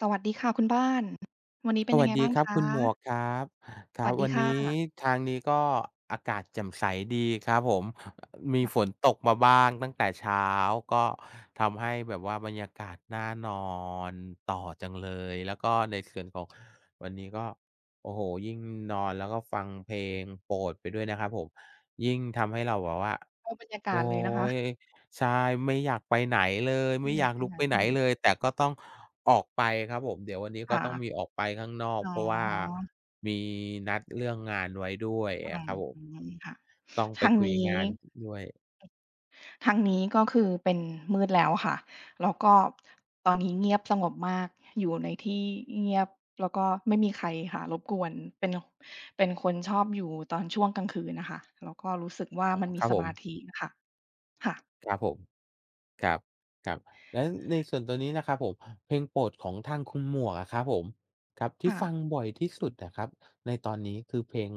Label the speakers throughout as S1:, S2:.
S1: สวัสดีค่ะคุณบ้านวันนี้
S2: ส
S1: เป็นยั
S2: วั
S1: ง
S2: ส
S1: ไง
S2: ดี
S1: บ้าง
S2: ครั
S1: ค
S2: บคุณหมวก
S1: ะ
S2: ครับค
S1: ส
S2: รับ
S1: วัสดี
S2: วัน
S1: ค
S2: นี้
S1: ่ะ
S2: ทางนี้ก็อากาศแจ่มใสดีครับผมมีฝน
S1: ค่ะ
S2: ตกมาบ้างตั้งแต่เช้าก็ทำให้แบบว่าบรรยากาศน่านอนต่อจังเลยแล้วก็ในส่วนของวันนี้ก็โอ้โฮยิ่งนอนแล้วก็ฟังเพลงโปรดไปด้วยนะครับผมยิ่งทำให้เราแบบว่า
S1: เอาบรรยา
S2: โอ๊
S1: กาศเลยนะคะ
S2: ย ใช่ไม่อยากไปไหนเลย
S1: ไม่
S2: ไม่
S1: อ
S2: อ
S1: ยา
S2: ยา
S1: ก
S2: ก
S1: ไป
S2: ลุก
S1: ไหน
S2: ไปไหน
S1: อืม
S2: เลยแต่ก็ต้องออกไปครับผมเดี๋ยววันนี้ก็
S1: ค่ะ
S2: ต้องมีออกไปข้างนอก
S1: อ๋
S2: เพราะว่า
S1: อ
S2: มีนัดเรื่องงานไว้ด้วย
S1: อื
S2: อะครับผม
S1: มค่ะ
S2: ต้องไป
S1: ทาง
S2: คุย
S1: นี้
S2: งานด้วย
S1: ทางนี้ก็คือเป็นมืดแล้วค่ะแล้วก็ตอนนี้เงียบสงบมากอยู่ในที่เงียบแล้วก็ไม่มีใครค่ะรบกวนเป็นเป็นคนชอบอยู่ตอนช่วงกลางคืนน่ะค่ะแล้วก็รู้สึกว่า
S2: อ๋อ
S1: มัน
S2: ค
S1: มี
S2: รับ
S1: ส
S2: ผม
S1: มาธิอะค่ะค่ะ
S2: ครับผมครับครับแล้วในส่วนตัวนี้นะครับผมเพลงโปรดของทางคุณหมวกอะครับผมครับที่
S1: ค่ะ
S2: ฟังบ่อยที่สุดอะครับในตอนนี้คือเพลง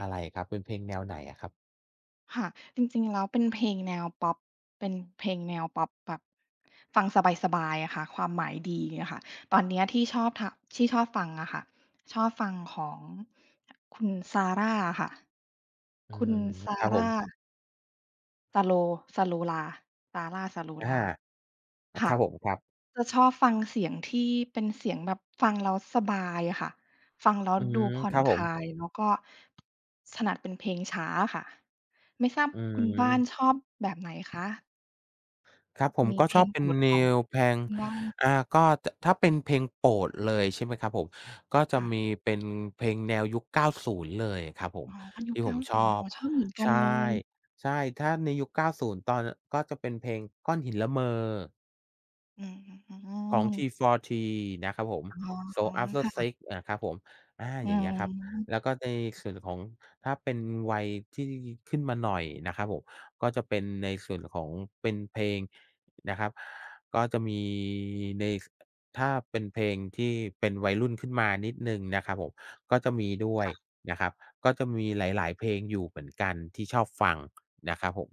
S2: อะไรครับเป็นเพลงแนวไหนอะครับ
S1: ค่ะจริงๆแล้วเป็นเพลงแนวพ็อปเป็นเพลงแนวพ็อปแบบฟังสบายๆอะค่ะความหมายดีอะค่ะตอนเนี้ยที่ชอบฟังอะค่ะชอบฟังของคุณซาร่าอะค่ะ
S2: อื
S1: คุ
S2: ม
S1: ณซา
S2: ครับผม
S1: ร่าซาโลซาโลลาซาร่าซาโล
S2: อา
S1: ลา
S2: ค
S1: ค่ะ
S2: รับผมครับ
S1: จะชอบฟังเสียงที่เป็นเสียงแบบฟังแล้วสบายอะค่ะฟังแล้ว
S2: อืม
S1: ดูผ่อ
S2: ค
S1: น
S2: รับ
S1: ค
S2: ผม
S1: ลายแล้วก็ถนัดเป็นเพลงช้าอะค่ะไม่ทราบ
S2: อื
S1: คุณบ้านช
S2: ม
S1: อบแบบไหนคะ
S2: ครับผม
S1: มี
S2: ก็
S1: เพ
S2: ช
S1: ล
S2: อบ
S1: ง
S2: เป็
S1: โป
S2: น
S1: รด
S2: แน
S1: ของ
S2: ว
S1: ค
S2: เพลง
S1: ุณบ้าน
S2: อ่าก็ถถ้าเป็นเพลงโปรดเลยใช่ไหมครับผมก็จะ
S1: ค่ะ
S2: มีเป็นเพลงแนวยุค90เลยครับผม
S1: อ๋อยุค
S2: ที่ผมชอ
S1: 90
S2: บ
S1: อ๋อชอบเหมือนกัน
S2: ใช่
S1: เลย
S2: ใช่ถ้าในยุค90ตอนก็จะเป็นเพลงก้อนหินละเมอ
S1: อืม
S2: ของ T4T นะครับผม
S1: อ๋อ
S2: So After
S1: ค่ะ
S2: Sex นะครับผมอา
S1: อื
S2: อย่างเงี้ยครับ
S1: ม
S2: แล้วก็ในส่วนของถ้าเป็นวัยที่ขึ้นมาหน่อยนะครับผมก็จะเป็นในส่วนของเป็นเพลงนะครับก็จะมีในสถ้าเป็นเพลงที่เป็นวัยรุ่นขึ้นมานิดหนึ่งนะครับผมก็จะมีด้วย
S1: ค่ะ
S2: นะครับก็จะมีหลายๆเพลงอยู่เหมือนกันที่ชอบฟังนะครับผม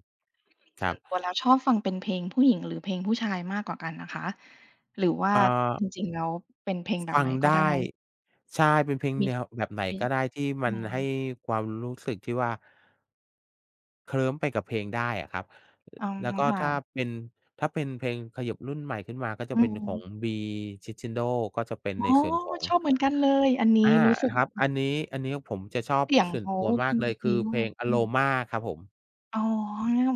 S2: ค
S1: ส่
S2: รั
S1: ว
S2: บ
S1: นตัวแล้วชอบฟังเป็นเพลงผู้หญิงหรือเพลงผู้ชายมากกว่ากันนะคะหรือว่า
S2: เอ่
S1: จ
S2: อ
S1: ริงๆแล้วเป็นเพลงแบบ
S2: ฟั
S1: ไห
S2: ง
S1: นก็ได้
S2: ได้ใช่เป็นเพลง
S1: มี
S2: แนวแบบไหน
S1: มี
S2: ก็ได้ที่มั
S1: อื
S2: น
S1: ม
S2: ให้ความรู้สึกที่ว่าเคลิ้มไปกับเพลงได้อะครับล
S1: อ๋อ
S2: แล้วก็ถ้า
S1: ค่ะ
S2: เป็นถ้าเป็นเพลงขยับรุ่นใหม่ขึ้นมาก็จะ
S1: อื
S2: เป็นของ
S1: ม
S2: Bee Crescendo ก็จะเป็น
S1: อ๋
S2: ใน
S1: อ
S2: ส่วนของ
S1: ชอบเหมือนกันเลยอันนี้
S2: อา
S1: รู้สึก
S2: ครับอันนี้อันนี้ผมจะชอบ
S1: เสียง
S2: ส่วน
S1: เขา
S2: ตัวมาก
S1: อื
S2: เล
S1: ม
S2: ยคื
S1: ดี
S2: อเพล
S1: มาก
S2: ง
S1: อืม
S2: Aroma ครับผม
S1: อ๋อ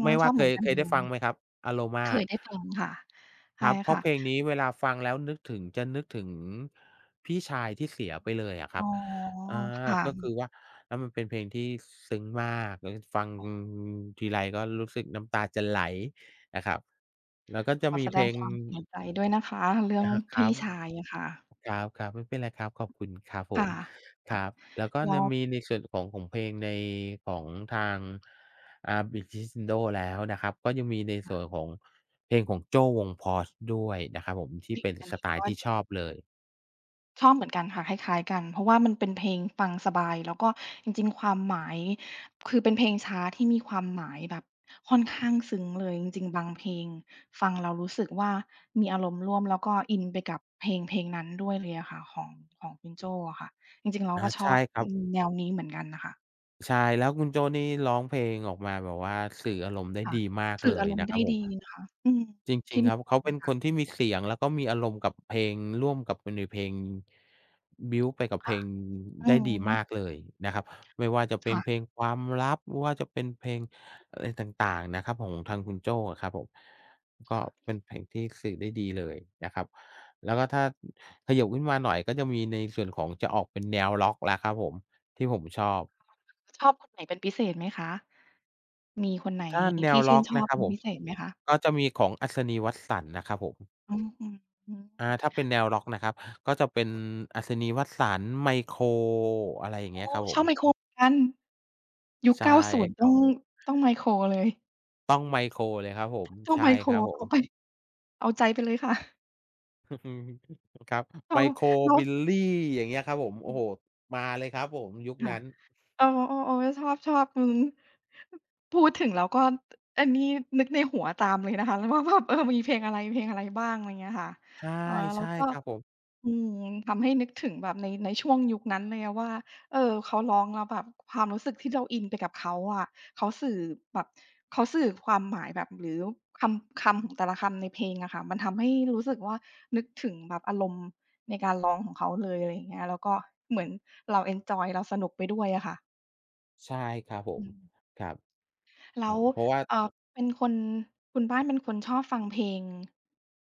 S2: ไม่
S1: เราช
S2: ว่า
S1: อบ
S2: เค
S1: เหมือ
S2: ย
S1: นกัน
S2: เคย
S1: เล
S2: ได้ฟัง
S1: ย
S2: ไหมครับ Aroma
S1: เคยได้ฟังค่ะ
S2: ค
S1: ใช่
S2: รับเพราะ
S1: ค่ะ
S2: เพลงนี้เวลาฟังแล้วนึกถึงจะนึกถึงพี่ชายที่เสียไปเลยอะครั
S1: อ๋
S2: บ
S1: อ
S2: อาก็คื
S1: ค่ะ
S2: อว่าแล้วมันเป็นเพลงที่ซึ้งมากแล้วฟังทีไรก็รู้สึกน้ำตาจะไหลนะครับแล้วก็
S1: ข
S2: จะ
S1: อ
S2: มี
S1: แส
S2: เพ
S1: ด
S2: ล
S1: ง
S2: ง
S1: ความเสียใจด้วยนะคะเรื่อง
S2: อะฮะครั
S1: พี่
S2: บ
S1: ชายอะค่ะ
S2: ครับครับไม่เป็นไรครับขอบคุณครับผม
S1: ค่ะ
S2: ค
S1: ค่ะ
S2: รับแล้วก็
S1: แล้
S2: เนี่
S1: ว
S2: ยมีในส่วนของของเพลงในของทางb i g ิ c i e n t d o แล้วนะครับก็ยังมีในส่วนของเพลงของโจ้วง Pause ด้วยนะครับผมที่
S1: ง
S2: เป็น
S1: อัน
S2: ส
S1: นี้
S2: ไต
S1: ก็
S2: ล์ที่ชอบเลย
S1: ชอบเหมือนกันค่ะคล้ายๆกันเพราะว่ามันเป็นเพลงฟังสบายแล้วก็จริงๆความหมายคือเป็นเพลงช้าที่มีความหมายแบบค่อนข้างซึ้งเลยจริงๆบางเพลงฟังแล้วรู้สึกว่ามีอารมณ์ร่วมแล้วก็อินไปกับเพลงนั้นด้วยเลยอะค่ะของคุณโจ้อะค่ะจริงๆเรา
S2: อา
S1: ก็ชอ
S2: ใช่
S1: บ
S2: ครับ
S1: อืมแนวนี้เหมือนกันน่ะค่ะ
S2: ใช่แล้วคุณโจ้นี่ร้องเพลงออกมาแบบว่าสื่ออารมณ์ได้
S1: ค่ะ
S2: ดีมากเล
S1: สื่ออา
S2: ย
S1: รม
S2: นะ
S1: ณ์
S2: ครั
S1: ได้
S2: บผม
S1: ดีนะคะอืม
S2: จริง
S1: คิด
S2: ๆค
S1: เห
S2: รั
S1: มือ
S2: บ
S1: นกั
S2: เขา
S1: น
S2: เป็นค
S1: ค่ะ
S2: นที่มีเสียงแล้วก็มีอารมณ์กับเพลงร่วมกับไปในเพลงบิลต์ไปกับเพล
S1: ค่ะ
S2: ง
S1: อื
S2: ได้
S1: อ
S2: ดี
S1: ฮึ
S2: มากเลยนะครับไม่ว่าจะเป็น
S1: ค่ะ
S2: เพ
S1: ๆ
S2: ลงความลับไม่ว่าจะเป็นเพลงอะไรต่างๆนะครับของทางคุณโจ้อะครับผมก็เป็นเพลงที่สื่อได้ดีเลยนะครับแล้วก็ถ้าขยับขึ้นมาหน่อยก็จะมีในส่วนของจะออกเป็นแนวร็อกแล้วครับผมที่ผมชอบ
S1: ชอบคนไหนเป็นพิเศษไหมคะ
S2: ถ้าแนว
S1: ที่
S2: ร็
S1: ชื่
S2: อ
S1: น
S2: ก
S1: ชอ
S2: นะ
S1: บ
S2: ครับ
S1: เป็น
S2: ผม
S1: พิเศษไหมคะ
S2: ก็จะมีของอัศนีย์วัตสันนะครับผม
S1: อืออือฮึ
S2: อาถ้าเป็นแนวร็อกนะครับก็จะเป็นอัศนีวสันต์ไมโครอะไรอย่างเงี้ยครับผ
S1: ชอ
S2: ม
S1: บไมโครเหมือนกันยุค
S2: ใช่
S1: 90
S2: ครั
S1: ต้อง
S2: บ
S1: ต้องไมโครเลย
S2: ต้องไมโครเลยครับผม
S1: ต้อง
S2: ใช่
S1: ไมโค
S2: ค
S1: ร
S2: รับผม
S1: เอาไปเอาใจไปเลยค่ะ
S2: ครับ
S1: เออ
S2: ไมโคร
S1: แล้ว
S2: บิลลี่อย่างเงี้ยครับผม
S1: อื
S2: โอ้โฮ
S1: ม
S2: มาเลยครับผมยุค
S1: ค่ะ
S2: นั้น
S1: เออๆๆชอบชอบอืมพูดถึงแล้วก็อันนี้นึกในหัวตามเลยนะคะแล้วว่าแบบเออมีเพลงอะไรเพลงอะไรบ้างอะไรเงี้ยค่ะ
S2: ใช่
S1: เออแล้
S2: ใช่
S1: วก็
S2: ครับผม
S1: อืมทำให้นึกถึงแบบในช่วงยุคนั้นเลยอะว่าเออเขาร้องแล้วแบบความรู้สึกที่เราอินไปกับเขาอะเขาสื่อแบบเขาสื่อความหมายแบบหรือคำคำของแต่ละคำในเพลงอะค่ะมันทำให้รู้สึกว่านึกถึงแบบอารมณ์ในการร้องของเขาเลยอะไรอย่างเงี้ยแล้วก็เหมือนเราเอนจอยเราสนุกไปด้วยอะค่ะ
S2: ใช่ครับผม
S1: อืม
S2: ครับค
S1: แล้
S2: รั
S1: ว
S2: บเพราะว่า
S1: เอ่อเป็นคนคุณบ้านเป็นคนชอบฟังเพลง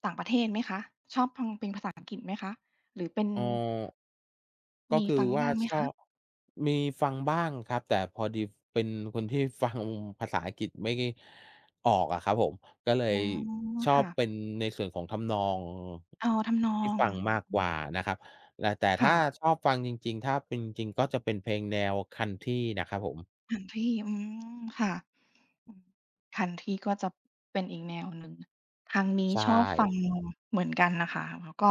S1: ต่างประเทศไหมคะชอบฟังเพลงภาษาอังกฤษไหมคะหรือเป็น
S2: เออ ก็
S1: มี
S2: คือ
S1: ฟัง
S2: ว่า
S1: บ้างไหม
S2: ชอ
S1: คะ
S2: บมีฟังบ้างครับแต่พอดีเป็นคนที่ฟังภาษาอังกฤษไม่ออกอะครับผมก็เล
S1: อ๋
S2: ย
S1: อ
S2: ชอบ
S1: ค่ะ
S2: เป็นในส่วนของทำนอง
S1: เอาทำนอ
S2: ที่
S1: ง
S2: ฟั
S1: อื
S2: งมากก
S1: ม
S2: ว่านะครับแต่ถ้า
S1: ค่ะ
S2: ชอบฟังจริงๆถ้าเป็นจริงๆก็จะเป็นเพลงแนว Country นะครับผม
S1: ขันทีอืมค่ะอืมขันทีก็จะเป็นอีกแนวหนึ่งทางนี้
S2: ใช่
S1: ชอบฟังเหมือนกันน่ะค่ะแล้วก็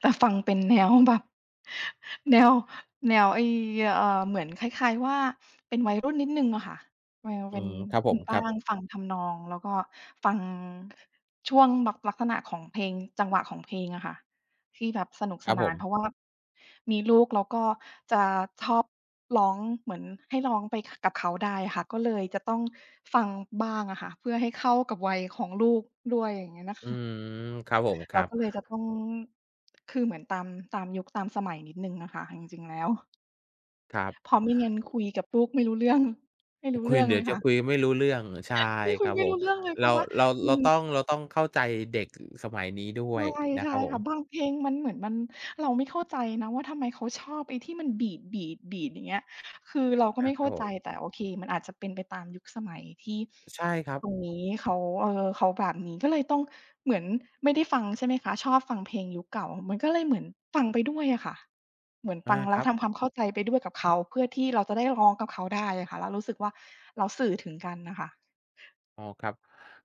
S1: แต่ฟังเป็นแนวแบบ แนวแนวไอ้เหมือนคล้ายๆว่าเป็นวัยรุ่นนิดหนึ่งอะค่ะแนว
S2: อื
S1: เป็น
S2: มครับผ
S1: เป็
S2: ม
S1: น
S2: ค
S1: บ้า
S2: รั
S1: ง
S2: บ
S1: ฟังทำนองแล้วก็ฟังช่วงลักลักษณะของเพลงจังหวะของเพลงอะค่ะ ที่แบบสนุก
S2: ค
S1: ส
S2: รับผ
S1: นาน
S2: ม
S1: เพราะว่ามีลูกแล้วก็จะชอบร้องเหมือนให้ร้องไปขกับเขาได้อะค่ะก็เลยจะต้องฟังบ้างอะค่ะเพื่อให้เข้ากับวัยของลูกด้วยอย่างเงี้ยนะ
S2: อื
S1: คะ
S2: มครับผมครั
S1: เรา
S2: บ
S1: ก็เลยจะต้องคือเหมือนตามยุคตามสมัยนิดหนึ่งอะค่ะจริงๆแล้ว
S2: ครั
S1: เพ
S2: บ
S1: ราะไม่งั้นคุยกับลูกไม่รู้เรื่องไม่รู้
S2: คุย
S1: เรื่อง
S2: เดี๋ย
S1: เล
S2: ว
S1: ย
S2: จะ
S1: ค่ะ
S2: คุยไม่รู้เรื่องใช่
S1: นี่คุ
S2: ค
S1: ย
S2: รับผ
S1: ไม่
S2: ม
S1: รู้เรื่องเลยเพ
S2: เรา
S1: ราะว่า
S2: เรา
S1: มั
S2: เรา
S1: น
S2: ต้องเราต้องเข้าใจเด็กสมัยนี้ด้ว
S1: ใช
S2: ย
S1: ่
S2: นะค
S1: ใช่
S2: รับผม
S1: ค่ะบางเพลงมันเหมือนมันเราไม่เข้าใจนะว่าทำไมเขาชอบไอ้ที่มันบีดบีดบีดอย่างเงี้ยคือเราก็
S2: อา
S1: ไม่
S2: ครั
S1: เข้า
S2: บผ
S1: ใจ
S2: ม
S1: แต่โอเคมันอาจจะเป็นไปตามยุคสมัยที่
S2: ใช่ครับ
S1: ตรงนี้เขาเอ่อเขาแบบนี้ก็เลยต้องเหมือนไม่ได้ฟังใช่ไหมคะชอบฟังเพลงยุคเก่ามันก็เลยเหมือนฟังไปด้วยอะค่ะเหมือน
S2: อา
S1: ฟัง
S2: ค
S1: แล้ว
S2: รับ
S1: ทำความเข้าใจไปด้วยกับเขาเพื่อที่เราจะได้ร้องกับเขาได้อะค่ะแล้วรู้สึกว่าเราสื่อถึงกันน่ะค่ะ
S2: อ๋อครับ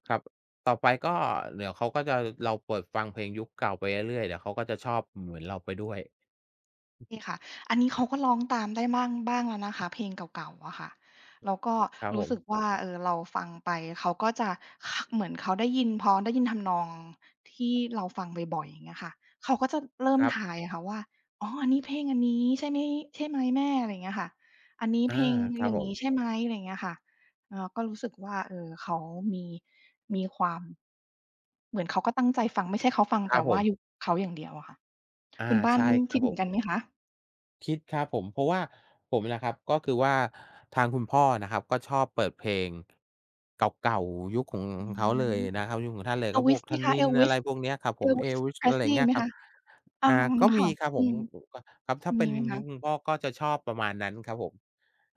S2: ครับต่อไปก็เดี๋ยวเขาก็จะเราเปิดฟังเพลงยุคเก่าไปเรื่อยๆเดี๋ยวเขาก็จะชอบเหมือนเราไปด้วย
S1: นี่ค่ะอันนี้เขาก็ร้องตามได้บ้างบ้างแล้วนะคะเพลงเก่าๆอะค่ะแล้วก็
S2: ครับผ
S1: รู้
S2: ม
S1: สึกว่าเออเราฟังไปเขาก็จะคเหมือนเขาได้ยินพอได้ยินทำนองที่เราฟังบ่อยๆอย่างเงี้ยค่ะเขาก็จะเริ่
S2: ค
S1: ม
S2: รับ
S1: ทายอะค่ะว่าอ๋ออันนี้เพลงอันนี้ใช่ไหมใช่ไหมแม่อะไรอย่างเงี้ยค่ะอันนี้เพ
S2: อา
S1: ลง
S2: ครั
S1: อ
S2: บ
S1: ย่า
S2: ผ
S1: ง
S2: ม
S1: งี้ใช่ไหมอะไรอย่างเงี้ยค่ะเออก็รู้สึกว่าเออเขามีมีความเหมือนเขาก็ตั้งใจฟังไม่ใช่เขาฟัง
S2: ครับ
S1: แต่
S2: ผ
S1: ว่า
S2: ม
S1: ยุคเขาอย่างเดียวอะค่ะ
S2: อา
S1: คุณบ้าน
S2: ใช่ครั
S1: คิ
S2: บ
S1: ด
S2: ผ
S1: เหมือ
S2: ม
S1: นกันไหมคะ
S2: คิดครับผมเพราะว่าผมนะครับก็คือว่าทางคุณพ่อนะครับก็ชอบเปิดเพลงเก่าๆยุคของ
S1: อื
S2: ของเขาเลย
S1: ม
S2: นะครับยุคของท่านเลยก็พว
S1: Elvis
S2: กธ
S1: ไหมคะ
S2: นินทร์อะ
S1: Elvis
S2: ไรพวกเนี้ยครับผม
S1: Elvis
S2: Elvis อะไรอย่าง
S1: Presley
S2: เงี้ย
S1: ไหม
S2: ครับ
S1: คะอา
S2: อ่าก็มี
S1: ค่ะ
S2: ครับผ
S1: อื
S2: ม
S1: ม
S2: ครับถ้าเป็
S1: มี
S2: น
S1: ไหม
S2: ยุ
S1: คะ
S2: คคุณพ่อก็จะชอบประมาณนั้นครับผม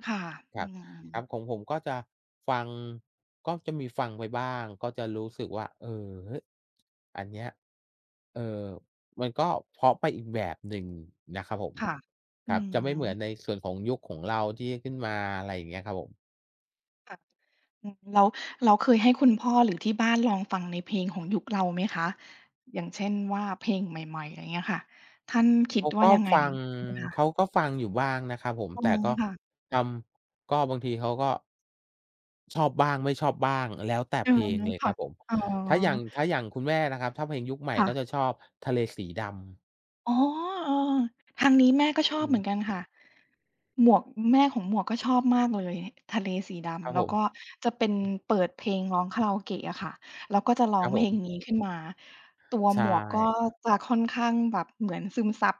S1: ค่ะ
S2: ค
S1: อื
S2: รับ
S1: ม
S2: ครับของผมก็จะฟังก็จะมีฟังไปบ้างก็จะรู้สึกว่าเออเฮ้ยอันเนี้ยเออมันก็เพราะไปอีกแบบหนึ่งนะครับผม
S1: ค่ะ
S2: ค
S1: อื
S2: รับจะไม่เหมือนใน
S1: ม
S2: ส่วนของยุคของเราที่ขึ้นมาอะไรอย่างเงี้ยครับผม
S1: ค่ะอืมแล้วเคยให้คุณพ่อหรือที่บ้านลองฟังในเพลงของยุคเราไหมคะอย่างเช่นว่าเพลงใหม่ๆอะไรเงี้ยค่ะท่านคิด
S2: เขา
S1: ว่า
S2: ก็
S1: ยังไง
S2: ฟัง
S1: ไหมคะ
S2: เขาก็ฟังอยู่บ้างนะครับผม
S1: อื
S2: แต่
S1: ม
S2: ก็
S1: ค่ะ
S2: จำก็บางทีเขาก็ชอบบ้างไม่ชอบบ้างแล้วแต่
S1: อื
S2: เพล
S1: ม
S2: งเลยครั
S1: ค่ะ
S2: บผม
S1: อ๋อ
S2: ถ้าอย่างคุณแม่นะครับถ้าเพลงยุคใหม่
S1: ค่ะ
S2: ก็จะชอบทะเลสีดำ
S1: อ๋อเออทางนี้แม่
S2: อ
S1: ก็ชอบ
S2: ื
S1: เหมือนกัน
S2: ม
S1: ค่ะ หมวกแม่ของหมวกก็ชอบมากเลยทะเลสี
S2: ครับ
S1: ดำแล้
S2: ผ
S1: วก็
S2: ม
S1: จะเป็นเปิดเพลงร้องคาราโอเกะอะค่ะแล้วก็จะร้
S2: ค
S1: อ
S2: รั
S1: ง
S2: บผ
S1: เพลง
S2: ม
S1: นี้ขึ้นมาตัว
S2: ใช
S1: หมวกก็
S2: ่
S1: จะค่อนข้างแบบเหมือนซึมซับ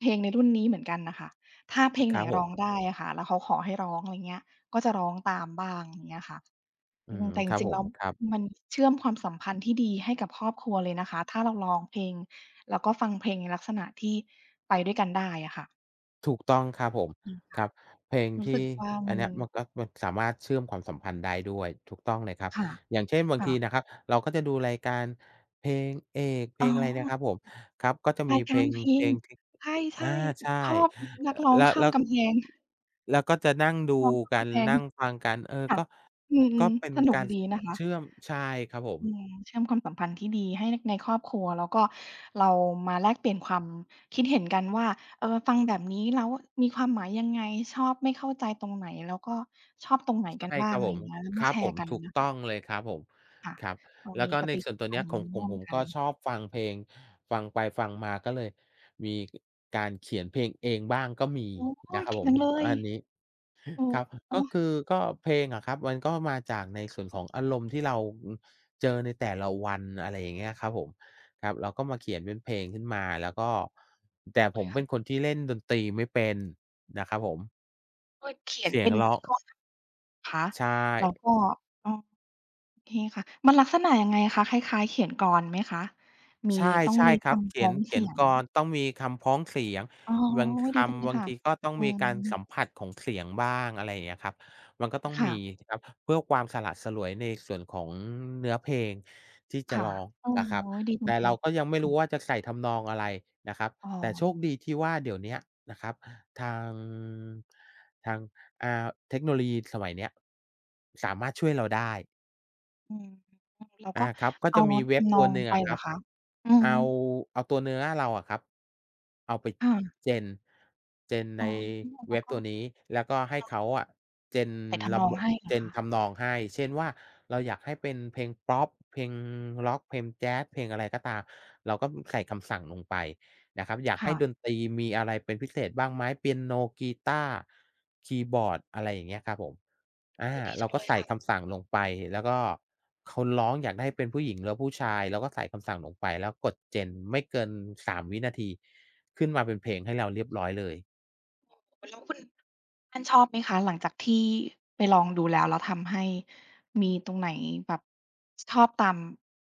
S1: เพลงในรุ่นนี้เหมือนกันน่ะค่ะถ้าเพลง
S2: ค
S1: ไหน
S2: รับผ
S1: ร้
S2: ม
S1: องได้อะค่ะแล้วเขาขอให้ร้องอะไรเงี้ยก็จะร้องตามบ้างอย่างเงี้ยค่ะ
S2: อื
S1: อืม
S2: ม
S1: แต่จ
S2: ครับ
S1: ริ
S2: ผ
S1: งๆ
S2: ม
S1: แล้ว
S2: ครับ
S1: มันเชื่อมความสัมพันธ์ที่ดีให้กับครอบครัวเลยนะคะถ้าเราร้องเพลงแล้วก็ฟังเพลงในลักษณะที่ไปด้วยกันได้อะค่ะ
S2: ถูกต้องครับผม
S1: อืม
S2: ครับเพลง
S1: รู้
S2: ที่
S1: สึกว่า
S2: อัน
S1: มัน
S2: เนี้ยมันสามารถเชื่อมความสัมพันธ์ได้ด้วยถูกต้องเลยครับ
S1: ค่ะ
S2: อย่างเช่นบางทีนะค
S1: ค่ะ
S2: รับเราก็จะดูรายการเพลงเอกเพล
S1: อ๋อ
S2: งอะไรนะครับผมครับก็จะมี
S1: รายการเพล
S2: เพล
S1: ง
S2: งที่
S1: ใช
S2: อา
S1: ่
S2: ใช่
S1: ๆชอบนักร้องข้า
S2: แล้
S1: ม
S2: ว
S1: กำแพง
S2: แล้วก็จะนั่งดู
S1: ร้องข้าม
S2: กัน
S1: กำแพง
S2: นั่งฟังกันเออ
S1: ค่ะ
S2: ก็
S1: อืม
S2: ก็เป็น
S1: ๆสนุก
S2: การ
S1: ดีนะคะ
S2: เชื่อมใช่ครับผม
S1: อืมเชื่อมความสัมพันธ์ที่ดีให้ในครอบครัวแล้วก็เรามาแลกเปลี่ยนความคิดเห็นกันว่าเออฟังแบบนี้แล้วมีความหมายยังไงชอบไม่เข้าใจตรงไหนแล้วก็ชอบตรงไหนกัน
S2: ใช่
S1: บ้า
S2: ค
S1: ง
S2: รับ
S1: อะ
S2: ผ
S1: ไรอ
S2: ม
S1: ย่างเงี้ยแล้ว
S2: ค
S1: มา
S2: รับ
S1: แช
S2: ผ
S1: ร์
S2: ม
S1: กัน
S2: ถูก
S1: นะ
S2: ต้อง
S1: คะ
S2: เลยครับผม
S1: ค่ะ
S2: ครับ
S1: เรา
S2: แล้ว
S1: มี
S2: ก็
S1: ป
S2: ใน
S1: ฏิ
S2: ส่วน
S1: สัม
S2: ตัว
S1: พั
S2: เนี้
S1: น
S2: ย
S1: ธ์
S2: ข
S1: อัน
S2: อง
S1: นี้
S2: ผม
S1: ร่วม
S2: ผม
S1: กัน
S2: ก็ชอบฟังเพลงฟังไปฟังมาก็เลยมีการเขียนเพลงเองบ้างก็มี
S1: โอ้
S2: นะครับ
S1: เก่
S2: ผ
S1: ง
S2: ม
S1: จังเลย
S2: อันนี้
S1: โอ้
S2: ครับ
S1: โอ้
S2: ก็คือก็เพลงอะครับมันก็มาจากในส่วนของอารมณ์ที่เราอือเจอในแต่ละวันอะไรอย่างเงี้ยครับผมครับเราก็มาเขียนเป็นเพลงขึ้นมาแล้วก็แต่ผมเป็นคนที่เล่นดนตรีไม่เป็นนะครับผม
S1: เออเขียน
S2: เสียง
S1: เป็นแบ
S2: ร้อ
S1: บ
S2: ง
S1: คะ
S2: ใช่
S1: แล้วก็อ๋อโอเคค่ะมันลักษณะยังไงคะคล้ายๆเขียนกลอนไหมคะมี
S2: ใช่
S1: ต้อง
S2: ใช่
S1: มี
S2: ครับ
S1: คำพ้อง
S2: เขีย
S1: เสี
S2: น
S1: ย
S2: ก
S1: ง
S2: ลต้องมีคำพ้องเสียง
S1: อ๋อ
S2: บางค
S1: ดีจังเล
S2: ำ
S1: ย
S2: บาง
S1: ค่ะ
S2: ทีก็ต้อง
S1: อื
S2: มี
S1: ม
S2: การสัมผัสของเสียงบ้างอะไรอย่างเงี้ยครับมันก็ต้อง
S1: ค่ะ
S2: มีครับเพื่อความสละสลวยในส่วนของเนื้อเพลงที่จะ
S1: ค่ะ
S2: ร้อง
S1: โอ้
S2: นะค
S1: โฮ
S2: รับ
S1: ดีจัง
S2: แต่
S1: เล
S2: เรา
S1: ย
S2: ก็ยังไม่รู้ว่า
S1: ค่ะ
S2: จะใส่ทำนองอะไรนะครับ
S1: อ๋อ
S2: แต่โชคดีที่ว่าเดี๋ยวเนี้ยนะครับทางทางเทคโนโลยีสมัยเนี้ยสามารถช่วยเราได้
S1: อืมแล้ว
S2: อา
S1: ก็
S2: ครับก็จะ
S1: เอา
S2: มีเว็บ
S1: ทำน
S2: ตั
S1: อ
S2: ว
S1: ง
S2: หนึ่ง
S1: ไป
S2: อะค
S1: เหร
S2: รั
S1: อ
S2: บ
S1: คะอื
S2: เอา
S1: ม
S2: เอาตัวเนื้อเราอะครับเอาไป
S1: ค่ะ
S2: gen gen ใน
S1: อ๋อแล้
S2: เว็
S1: ว
S2: บ
S1: ก็
S2: ตัวนี้แล้วก็ให้เขาอะ gen
S1: ใส่ทำ
S2: ระ
S1: นอ
S2: บ
S1: ง
S2: บ
S1: ให้เหรอ
S2: gen
S1: คะ
S2: ทำนองให้เช่นว่าเราอยากให้เป็นเพลงพอปเพลงร็อกเพลงแจ๊สเพลงอะไรก็ตามเราก็ใส่คำสั่งลงไปนะครับอยากให้ดน
S1: ค่ะ
S2: ตรีมีอะไรเป็นพิเศษบ้างไหมเปียโนกีตาร์คีย์บอร์ดอะไรอย่างเงี้ยครับผม อา
S1: โอ๊ยดี
S2: เรา
S1: จัง
S2: ก็
S1: เลย
S2: ใส่
S1: ค่ะ
S2: คำสั่งลงไปแล้วก็เขาร้องอยากได้เป็นผู้หญิงหรือผู้ชายเราก็ใส่คำสั่งลงไปแล้วกด Gen ไม่เกิน3วินาทีขึ้นมาเป็นเพลงให้เราเรียบร้อยเลย
S1: แล้วคุณ ท่านชอบไหมคะหลังจากที่ไปลองดูแล้วแล้วทำให้มีตรงไหนแบบชอบตาม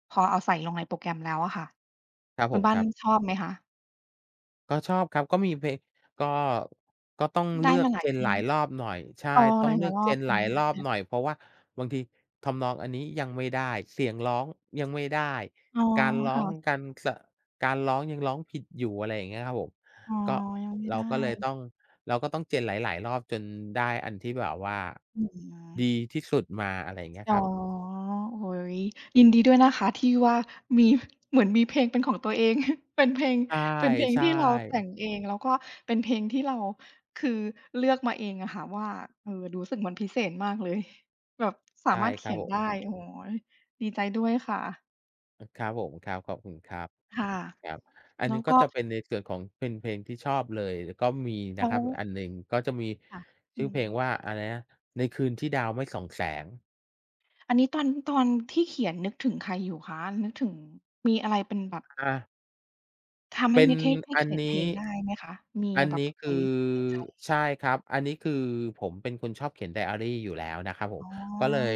S1: พอเอาใส่ลงในโปรแกรมแล้วอะค่ะ
S2: ครับผ
S1: คุณ
S2: ม
S1: บ้า
S2: ค
S1: น
S2: รับ
S1: ชอบไหมคะ
S2: ก็ชอบครับก็มีเพลงก็ก็ต้อง
S1: ได้
S2: เลือก
S1: มาหลา
S2: เจ
S1: ย
S2: น
S1: เพล
S2: ห
S1: ง
S2: ลายรอบหน่อยใช่
S1: อ๋อ
S2: ต้
S1: ห
S2: องเลื
S1: ลา
S2: อ
S1: ย
S2: ก
S1: ๆรอ
S2: เจ
S1: บ
S2: นห
S1: อื
S2: ลา
S1: ม
S2: ยรอบหน่อย
S1: ค่ะ
S2: เพราะว่าบางทีทำนองอันนี้ยังไม่ได้เสียงร้องยังไม่ได้
S1: อ๋อ
S2: การร้อง
S1: ค่ะ
S2: การสการร้องยังร้องผิดอยู่อะไรอย่างเงี้ยครับผม
S1: อ๋อ
S2: ก็
S1: ยังไม่
S2: เรา
S1: ได้
S2: ก็เลยต้องเราก็ต้องเจนหลายๆรอบจนได้อันที่แบบว่า
S1: อื
S2: ดี
S1: ม
S2: ที่สุดมาอะไรอย่างเงี้ย
S1: อ๋
S2: ค
S1: อ
S2: รับ
S1: โอ้โฮยินดีด้วยนะคะที่ว่ามี เหมือนมีเพลงเป็นของตัวเอง เป็นเพลงเป็นเพลง
S2: ใช่
S1: ที่เราแต่งเองแล้วก็เป็นเพลงที่เราคือเลือกมาเองอะค่ะว่าเออรู้สึกมันพิเศษมากเลยแบบ
S2: ๆ
S1: สา
S2: ใช่
S1: มารถ
S2: ครั
S1: เขี
S2: บ
S1: ยน
S2: ผม
S1: ได้โอ้โฮดีใจด้วยค่ะ
S2: ครับผมครับขอบคุณครับ
S1: ค่ะ
S2: ครับอัน
S1: แล้
S2: นี้
S1: ว
S2: ก็
S1: ก็
S2: จะเป็นในส่วนของเป็นเพลงที่ชอบเลยแล้วก็มีนะ
S1: แล้
S2: ค
S1: ว
S2: รับอันหนึ่งก็จะมี
S1: ค่ะ
S2: ชื่
S1: อื
S2: อเพ
S1: ม
S2: ลงว่าอะไรนะในคืนที่ดาวไม่ส่องแสง
S1: อันนี้ตอนที่เขียนนึกถึงใครอยู่คะนึกถึงมีอะไรเป็นแบบ
S2: อา
S1: ทำให้
S2: เป็น
S1: นึกให้ให้
S2: อัน
S1: เขียนเพ
S2: นี้
S1: ลงได้ไหมคะ มี
S2: อัน
S1: แบ
S2: นี้
S1: บอะ
S2: คื
S1: ไร
S2: อ
S1: ในใจ
S2: ใช่ครับอันนี้คือผมเป็นคนชอบเขียนไดอารีอยู่แล้วนะครับผม
S1: อ๋
S2: ก็เล
S1: อ
S2: ย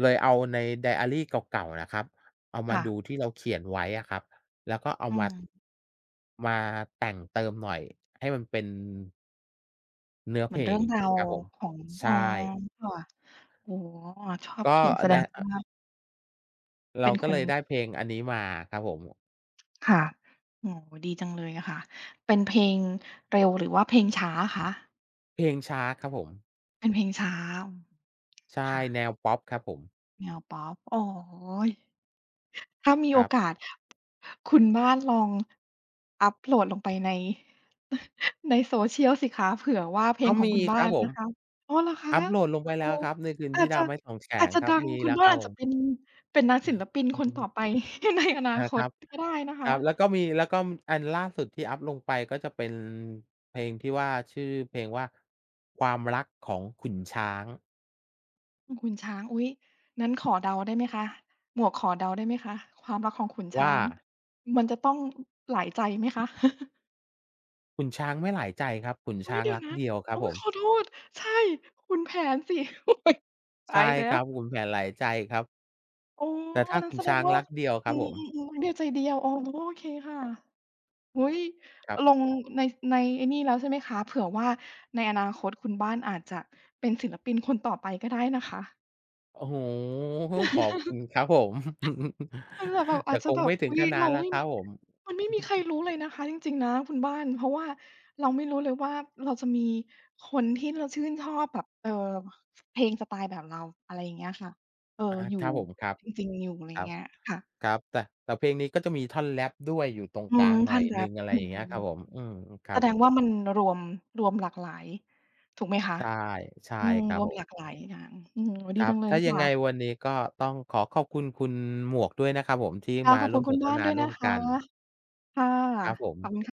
S2: เอาในไดอารีเก่าๆนะครับเอามา
S1: ค่ะ
S2: ดูที่เราเขียนไว้อะครับแล้วก็เอา
S1: อื
S2: มา
S1: ม
S2: มาแต่งเติมหน่อยให้มันเป็นเนื้อ
S1: เห
S2: เพ
S1: มือ
S2: ล
S1: น
S2: ง
S1: เรื่องราว
S2: ครับผม
S1: ของอ๋อ
S2: ใช่
S1: ค่ะโอ้โฮชอบ
S2: ก็
S1: เขียนแสด
S2: ได้
S1: ง
S2: อ
S1: ว่า
S2: เรา
S1: เป็น
S2: ก็
S1: ค
S2: เล
S1: น
S2: ยได้เพล
S1: เขีย
S2: ง
S1: น
S2: อันนี้มาครับผม
S1: ค่ะโอ้โฮดีจังเลยอะค่ะ เป็นเพลงเร็วหรือว่าเพลงช้าคะ
S2: เพลงช้าครับผม
S1: เป็นเพลงช้าอืม
S2: ใช่
S1: ค่ะ
S2: แนวพ็อปครับผม
S1: แนวพ็อปโอ้โฮ ถ้ามี
S2: ค
S1: โอ
S2: รับ
S1: กาสคุณบ้านลองอัปโหลดลงไปใน ใน social สิคะเผื่อว่าเพล
S2: ก็
S1: งของ
S2: มี
S1: คุณ
S2: ค
S1: บ้า
S2: รับ
S1: น
S2: ผม
S1: นะคะอ๋อเหรอคะ
S2: อัปโหลดลงไป
S1: โอ้
S2: แล้วครับในคืน
S1: อา
S2: ที่
S1: จ
S2: ดา
S1: จะ
S2: วไม่สองแฉ
S1: อาจ
S2: ง
S1: จะ
S2: ครับ
S1: ดัง
S2: มี
S1: คุ
S2: แล้
S1: ณ
S2: วค
S1: บ้าน
S2: รับ
S1: อา
S2: ผ
S1: จจะ
S2: ม
S1: เป็นเป็นนักศิลปินคนต่อไป ในอนา
S2: อา
S1: ค
S2: ค
S1: ต
S2: รับ
S1: ก็ได้นะ
S2: ค
S1: คะ
S2: รับแล้วก็มีแล้วก็อันล่าสุดที่อัปลงไปก็จะเป็นเพลงที่ว่าชื่อเพลงว่าความรักของขุนช้าง
S1: อือขุนช้างอุ๊ยนั้นขอเดาได้ไหมคะหมวกขอเดาได้ไหมคะความรักของขุน
S2: ว่า
S1: ช้างมันจะต้องหลายใจไหมคะ
S2: ขุนช้างไม่หลายใจครับขุน
S1: เฮ้
S2: ช้า
S1: ย
S2: ง
S1: เดี๋ยว
S2: รัก
S1: นะ
S2: เดียวครับ
S1: โอ๊
S2: ผ
S1: ย
S2: ม
S1: ขอโทษใช่ขุนแผนสิ โอ๊ยตาย
S2: ใช่ค
S1: แล้ว
S2: รับขุนแผนหลายใจครับ
S1: อ๋อ
S2: แต่ถ้า
S1: นั้น
S2: ขุน
S1: แสด
S2: ช้า
S1: ง
S2: ง
S1: ว่า
S2: รักเดียวครั
S1: อื
S2: บผม
S1: อๆๆรักเดียวใจเดียวอ๋อโอเคค่ะอุ๊ย
S2: ครั
S1: ล
S2: บ
S1: งในในไอ้นี่แล้วใช่ไหมคะเผื่อว่าในอนาคตคุณบ้านอาจจะเป็นศิลปินคนต่อไปก็ได้นะคะ
S2: โอ้โฮขอบคุณครับผม
S1: มันแบบแบบ
S2: แต่
S1: อาจ
S2: ค
S1: จะ
S2: ง
S1: แบบ
S2: ไม่ถึง
S1: อุ๊ย
S2: ขนาด
S1: เรา
S2: นั้นหรอก
S1: ไม่
S2: ครับผม
S1: มันไม่มีใคร รู้เลยนะคะจริงๆนะคุณบ้านเพราะว่าเราไม่รู้เลยว่าเราจะมีคนที่เราชื่นชอบแบบเพลงสไตล์แบบเราอะไรอย่างเงี้ยค่ะเออ
S2: อา
S1: อยู่
S2: ครับผมครับ
S1: จริงๆอยู่อะไร
S2: ครับ
S1: เงี้ยค่ะ
S2: ครับแต่เพลงนี้ก็จะมีท่อนแรปด้วยอยู่ตรง
S1: อื
S2: กลา
S1: ม
S2: งหน่
S1: ท่า
S2: อ
S1: น
S2: ย
S1: ธุ์แร
S2: หนึ่
S1: ป
S2: งอะไร
S1: อื
S2: อย่างเงี้ย
S1: ม
S2: ครับผมอืมค
S1: แส
S2: รับ
S1: ดงว่ามันรวมรวมหลากหลายถูกไหมคะ
S2: ใช่ใช่
S1: อืม
S2: ครั
S1: ร
S2: บ
S1: ว
S2: ผ
S1: มห
S2: ม
S1: ลากหลายอย่างอืมโอ้
S2: ค
S1: ดี
S2: รับ
S1: จังเลย
S2: ถ้ายังไงวั
S1: ค่ะ
S2: นนี้ก็ต้องขอขอบคุณคุณหมวกด้วยนะครับผมที่
S1: ค่ะ
S2: มา
S1: ขอบ
S2: ร่
S1: คุ
S2: ว
S1: ณ
S2: มส
S1: คุณ
S2: นท
S1: บ้าน
S2: นา
S1: ด้วย
S2: ร่ว
S1: นะ
S2: ม
S1: คะ
S2: กัน
S1: ค่ะ
S2: ครับผม
S1: ขอบคุณ